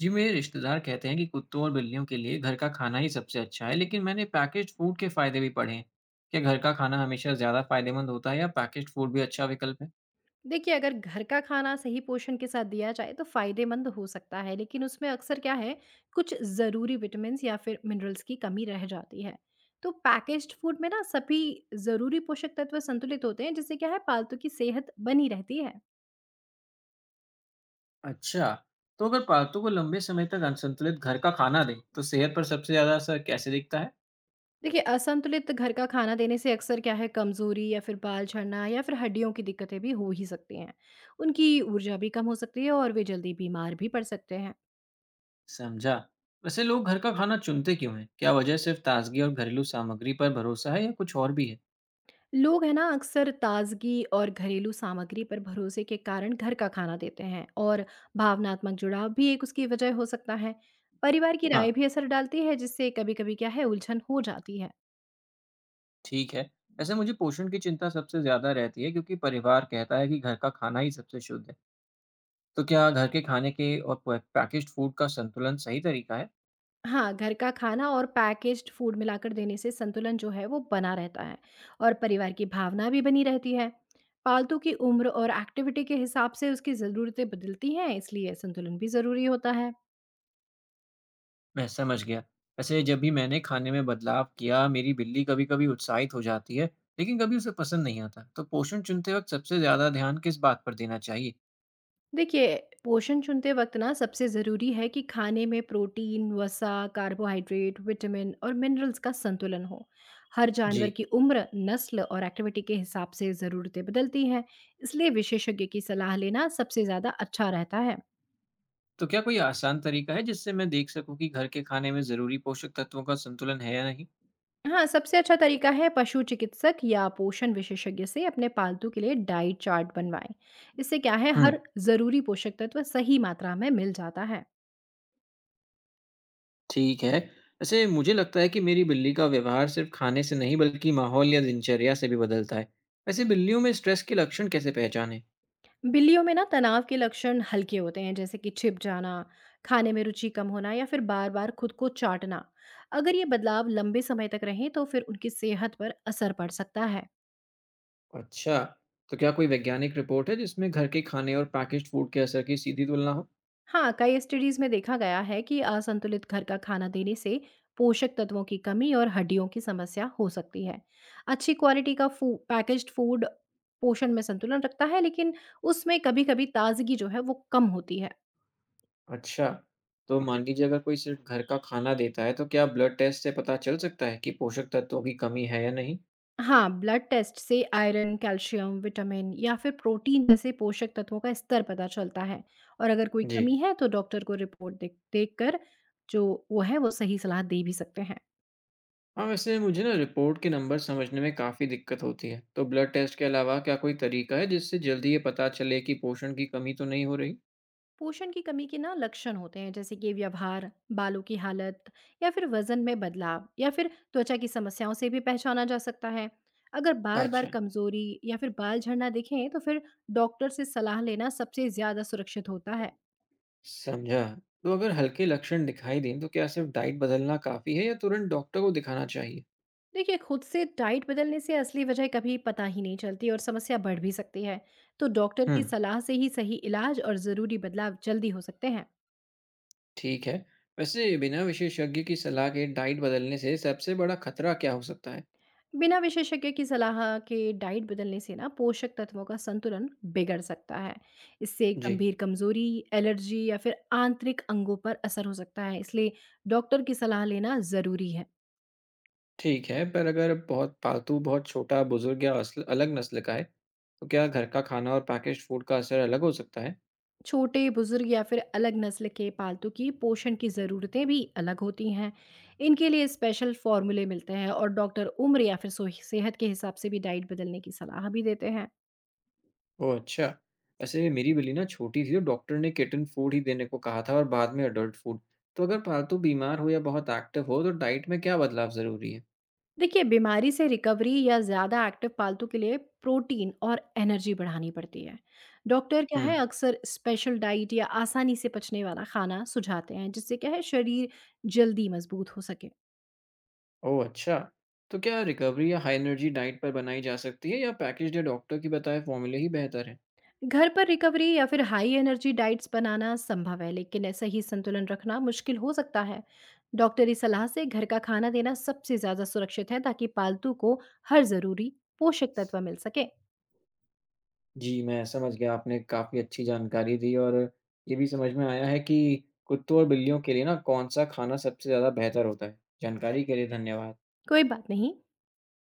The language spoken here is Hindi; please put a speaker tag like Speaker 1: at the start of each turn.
Speaker 1: जी, मेरे रिश्तेदार कहते हैं कि कुत्तों और बिल्लियों के लिए घर का खाना ही सबसे अच्छा है, लेकिन मैंने पैकेज्ड फूड के फायदे भी पढ़े हैं। क्या घर का खाना हमेशा ज्यादा फायदेमंद होता है या पैकेज्ड फूड भी अच्छा विकल्प है?
Speaker 2: देखिए, अगर घर का खाना सही पोषण के साथ दिया जाए तो फ़ायदेमंद हो सकता है, लेकिन उसमें अक्सर क्या है, कुछ ज़रूरी विटामिन्स या फिर मिनरल्स की कमी रह जाती है। तो पैकेज्ड फूड में ना सभी ज़रूरी पोषक तत्व संतुलित होते हैं, जिससे क्या है पालतू की सेहत बनी रहती है।
Speaker 1: अच्छा, तो अगर पालतू को लंबे समय तक असंतुलित घर का खाना दें तो सेहत पर सबसे ज्यादा असर कैसे दिखता है?
Speaker 2: देखिए, असंतुलित घर का खाना देने से अक्सर क्या है कमज़ोरी या फिर बाल झड़ना या फिर हड्डियों की दिक्कतें भी हो ही सकती हैं। उनकी ऊर्जा भी कम हो सकती है और वे जल्दी बीमार भी पड़ सकते हैं।
Speaker 1: समझा। वैसे लोग घर का खाना चुनते क्यों हैं? क्या वजह सिर्फ ताजगी और घरेलू सामग्री पर भरोसा है या कुछ और भी है?
Speaker 2: लोग है ना अक्सर ताजगी और घरेलू सामग्री पर भरोसे के कारण घर का खाना देते हैं, और भावनात्मक जुड़ाव भी एक उसकी वजह हो सकता है। परिवार की
Speaker 1: हाँ,
Speaker 2: राय भी असर डालती है, जिससे कभी कभी क्या है उलझन हो जाती है।
Speaker 1: ठीक है। वैसे मुझे पोषण की चिंता सबसे ज्यादा रहती है क्योंकि परिवार कहता है कि घर का खाना ही सबसे शुद्ध है। तो क्या घर के खाने के और पैकेज्ड फूड का संतुलन सही तरीका है?
Speaker 2: हाँ, घर का खाना और पैकेज्ड फूड मिलाकर देने से संतुलन जो है वो बना रहता है, और परिवार की भावना भी बनी रहती है। पालतू की उम्र और एक्टिविटी के हिसाब से उसकी ज़रूरतें बदलती हैं, इसलिए संतुलन भी ज़रूरी होता है।
Speaker 1: मैं समझ गया। वैसे जब भी मैंने खाने में बदलाव किया मेरी बिल्ली कभी कभी उत्साहित हो जाती है, लेकिन कभी उसे पसंद नहीं आता। तो पोषण चुनते वक्त सबसे ज्यादा ध्यान किस बात पर देना चाहिए?
Speaker 2: देखिए, पोषण चुनते वक़्त ना सबसे ज़रूरी है कि खाने में प्रोटीन, वसा, कार्बोहाइड्रेट, विटामिन और मिनरल्स का संतुलन हो। हर
Speaker 1: जी।
Speaker 2: जानवर की उम्र, नस्ल और एक्टिविटी के हिसाब से ज़रूरतें बदलती हैं, इसलिए विशेषज्ञ की सलाह लेना सबसे ज़्यादा अच्छा रहता है।
Speaker 1: तो क्या कोई आसान तरीका है जिससे मैं देख सकूं कि घर के खाने में जरूरी पोषक तत्वों का संतुलन है या नहीं?
Speaker 2: हाँ, सबसे अच्छा तरीका है पशु चिकित्सक या पोषण विशेषज्ञ से अपने पालतू के लिए डाइट चार्ट बनवाएँ। इससे क्या है,
Speaker 1: हम्म।
Speaker 2: हर ज़रूरी पोषक तत्व सही मात्रा में मिल जाता है।
Speaker 1: ठीक है। वैसे मुझे लगता है कि मेरी बिल्ली का व्यवहार सिर्फ खाने से नहीं, बल्कि माहौल या दिनचर्या से भी बदलता है। वैसे बिल्लियों में स्ट्रेस के लक्षण कैसे पहचानें?
Speaker 2: बिल्लियों में ना तनाव के लक्षण हल्के होते हैं, जैसे कि छिप जाना, खाने में रुचि कम होना या फिर बार-बार खुद को चाटना। अगर ये बदलाव लंबे समय तक रहें तो फिर उनकी सेहत पर असर पड़ सकता है।
Speaker 1: अच्छा, तो क्या कोई वैज्ञानिक रिपोर्ट है जिसमें घर के खाने और पैकेज्ड फूड के असर की सीधी तुलना हो?
Speaker 2: हाँ, कई स्टडीज में देखा गया है कि असंतुलित घर का खाना देने से पोषक तत्वों की कमी और हड्डियों की समस्या हो सकती है। अच्छी क्वालिटी का फू पैकेज्ड फूड पोषण में संतुलन रखता है, लेकिन उसमें कभी-कभी ताजगी जो है वो कम होती है।
Speaker 1: अच्छा, तो मान लीजिए अगर कोई सिर्फ घर का खाना देता है, तो क्या ब्लड टेस्ट से पता चल सकता है कि पोषक तत्वों की कमी है या नहीं?
Speaker 2: हाँ, ब्लड टेस्ट से आयरन, कैल्शियम, विटामिन या फिर प्रोटीन जैसे पोषक तत्वों का स्तर पता चलता है, और अगर कोई
Speaker 1: जी।
Speaker 2: कमी है तो डॉक्टर को रिपोर्ट देख देख कर जो वो है वो सही सलाह दे भी सकते हैं।
Speaker 1: हाँ, वैसे मुझे ना रिपोर्ट के नंबर समझने में काफ़ी दिक्कत होती है। तो ब्लड टेस्ट के अलावा क्या कोई तरीका है जिससे जल्दी ये पता चले कि पोषण की कमी तो नहीं हो रही?
Speaker 2: पोषण की कमी के ना लक्षण होते हैं, जैसे कि व्यवहार, बालों की हालत या फिर वजन में बदलाव या फिर त्वचा की समस्याओं से भी पहचाना जा सकता है। अगर बार-बार
Speaker 1: अच्छा,
Speaker 2: कमजोरी या फिर बाल झड़ना दिखें तो फिर डॉक्टर से सलाह लेना सबसे ज्यादा सुरक्षित होता है।
Speaker 1: समझा। तो अगर हल्के लक्षण दिखाई दें, तो क्या सिर्फ डाइट बदलना काफ़ी है या तुरंत डॉक्टर को दिखाना चाहिए?
Speaker 2: देखिए, खुद से डाइट बदलने से असली वजह कभी पता ही नहीं चलती और समस्या बढ़ भी सकती है। तो डॉक्टर की
Speaker 1: हम्म।
Speaker 2: सलाह से ही सही इलाज और ज़रूरी बदलाव जल्दी हो सकते हैं।
Speaker 1: ठीक है। वैसे बिना विशेषज्ञ की सलाह के डाइट बदलने से सबसे बड़ा खतरा क्या हो सकता है?
Speaker 2: बिना विशेषज्ञ की सलाह के डाइट बदलने से ना पोषक तत्वों का संतुलन बिगड़ सकता है। इससे
Speaker 1: जी,
Speaker 2: गंभीर कमजोरी, एलर्जी या फिर आंतरिक अंगों पर असर हो सकता है, इसलिए डॉक्टर की सलाह लेना ज़रूरी है।
Speaker 1: ठीक है। पर अगर बहुत पालतू, बहुत छोटा, बुज़ुर्ग या असल अलग नस्ल का है, तो क्या घर का खाना और पैकेज्ड फूड का असर अलग हो सकता है?
Speaker 2: छोटे, बुजुर्ग या फिर अलग नस्ल के पालतू की पोषण की ज़रूरतें भी अलग होती हैं। इनके लिए स्पेशल फ़ॉर्मूले मिलते हैं और डॉक्टर उम्र या फिर सोह सेहत के हिसाब से भी डाइट बदलने की सलाह भी देते हैं।
Speaker 1: ओह, अच्छा। वैसे मेरी बिल्ली ना छोटी थी तो डॉक्टर ने किटन फूड ही देने को कहा था और बाद में एडल्ट फूड। तो अगर पालतू बीमार हो या बहुत एक्टिव हो तो डाइट में क्या बदलाव ज़रूरी है?
Speaker 2: देखिए, बीमारी से रिकवरी या ज़्यादा एक्टिव पालतू के लिए प्रोटीन और एनर्जी बढ़ानी पड़ती है। डॉक्टर क्या
Speaker 1: हुँ।
Speaker 2: है अक्सर स्पेशल डाइट या आसानी से पचने वाला खाना सुझाते हैं, जिससे क्या है शरीर जल्दी मज़बूत हो सके।
Speaker 1: ओह, अच्छा! तो क्या रिकवरी या हाई एनर्जी डाइट पर बनाई जा सकती है या पैकेज्ड या डॉक्टर के बताए फॉर्मूले ही बेहतर है?
Speaker 2: घर पर रिकवरी या फिर हाई एनर्जी डाइट्स बनाना संभव है, लेकिन ऐसा ही संतुलन रखना मुश्किल हो सकता है। डॉक्टरी सलाह से घर का खाना देना सबसे ज़्यादा सुरक्षित है, ताकि पालतू को हर ज़रूरी पोषक तत्व मिल सके।
Speaker 1: जी, मैं समझ गया। आपने काफ़ी अच्छी जानकारी दी और ये भी समझ में आया है कि कुत्तों और बिल्लियों के लिए ना कौन-सा खाना सबसे ज़्यादा बेहतर होता है। जानकारी के लिए धन्यवाद।
Speaker 2: कोई बात नहीं।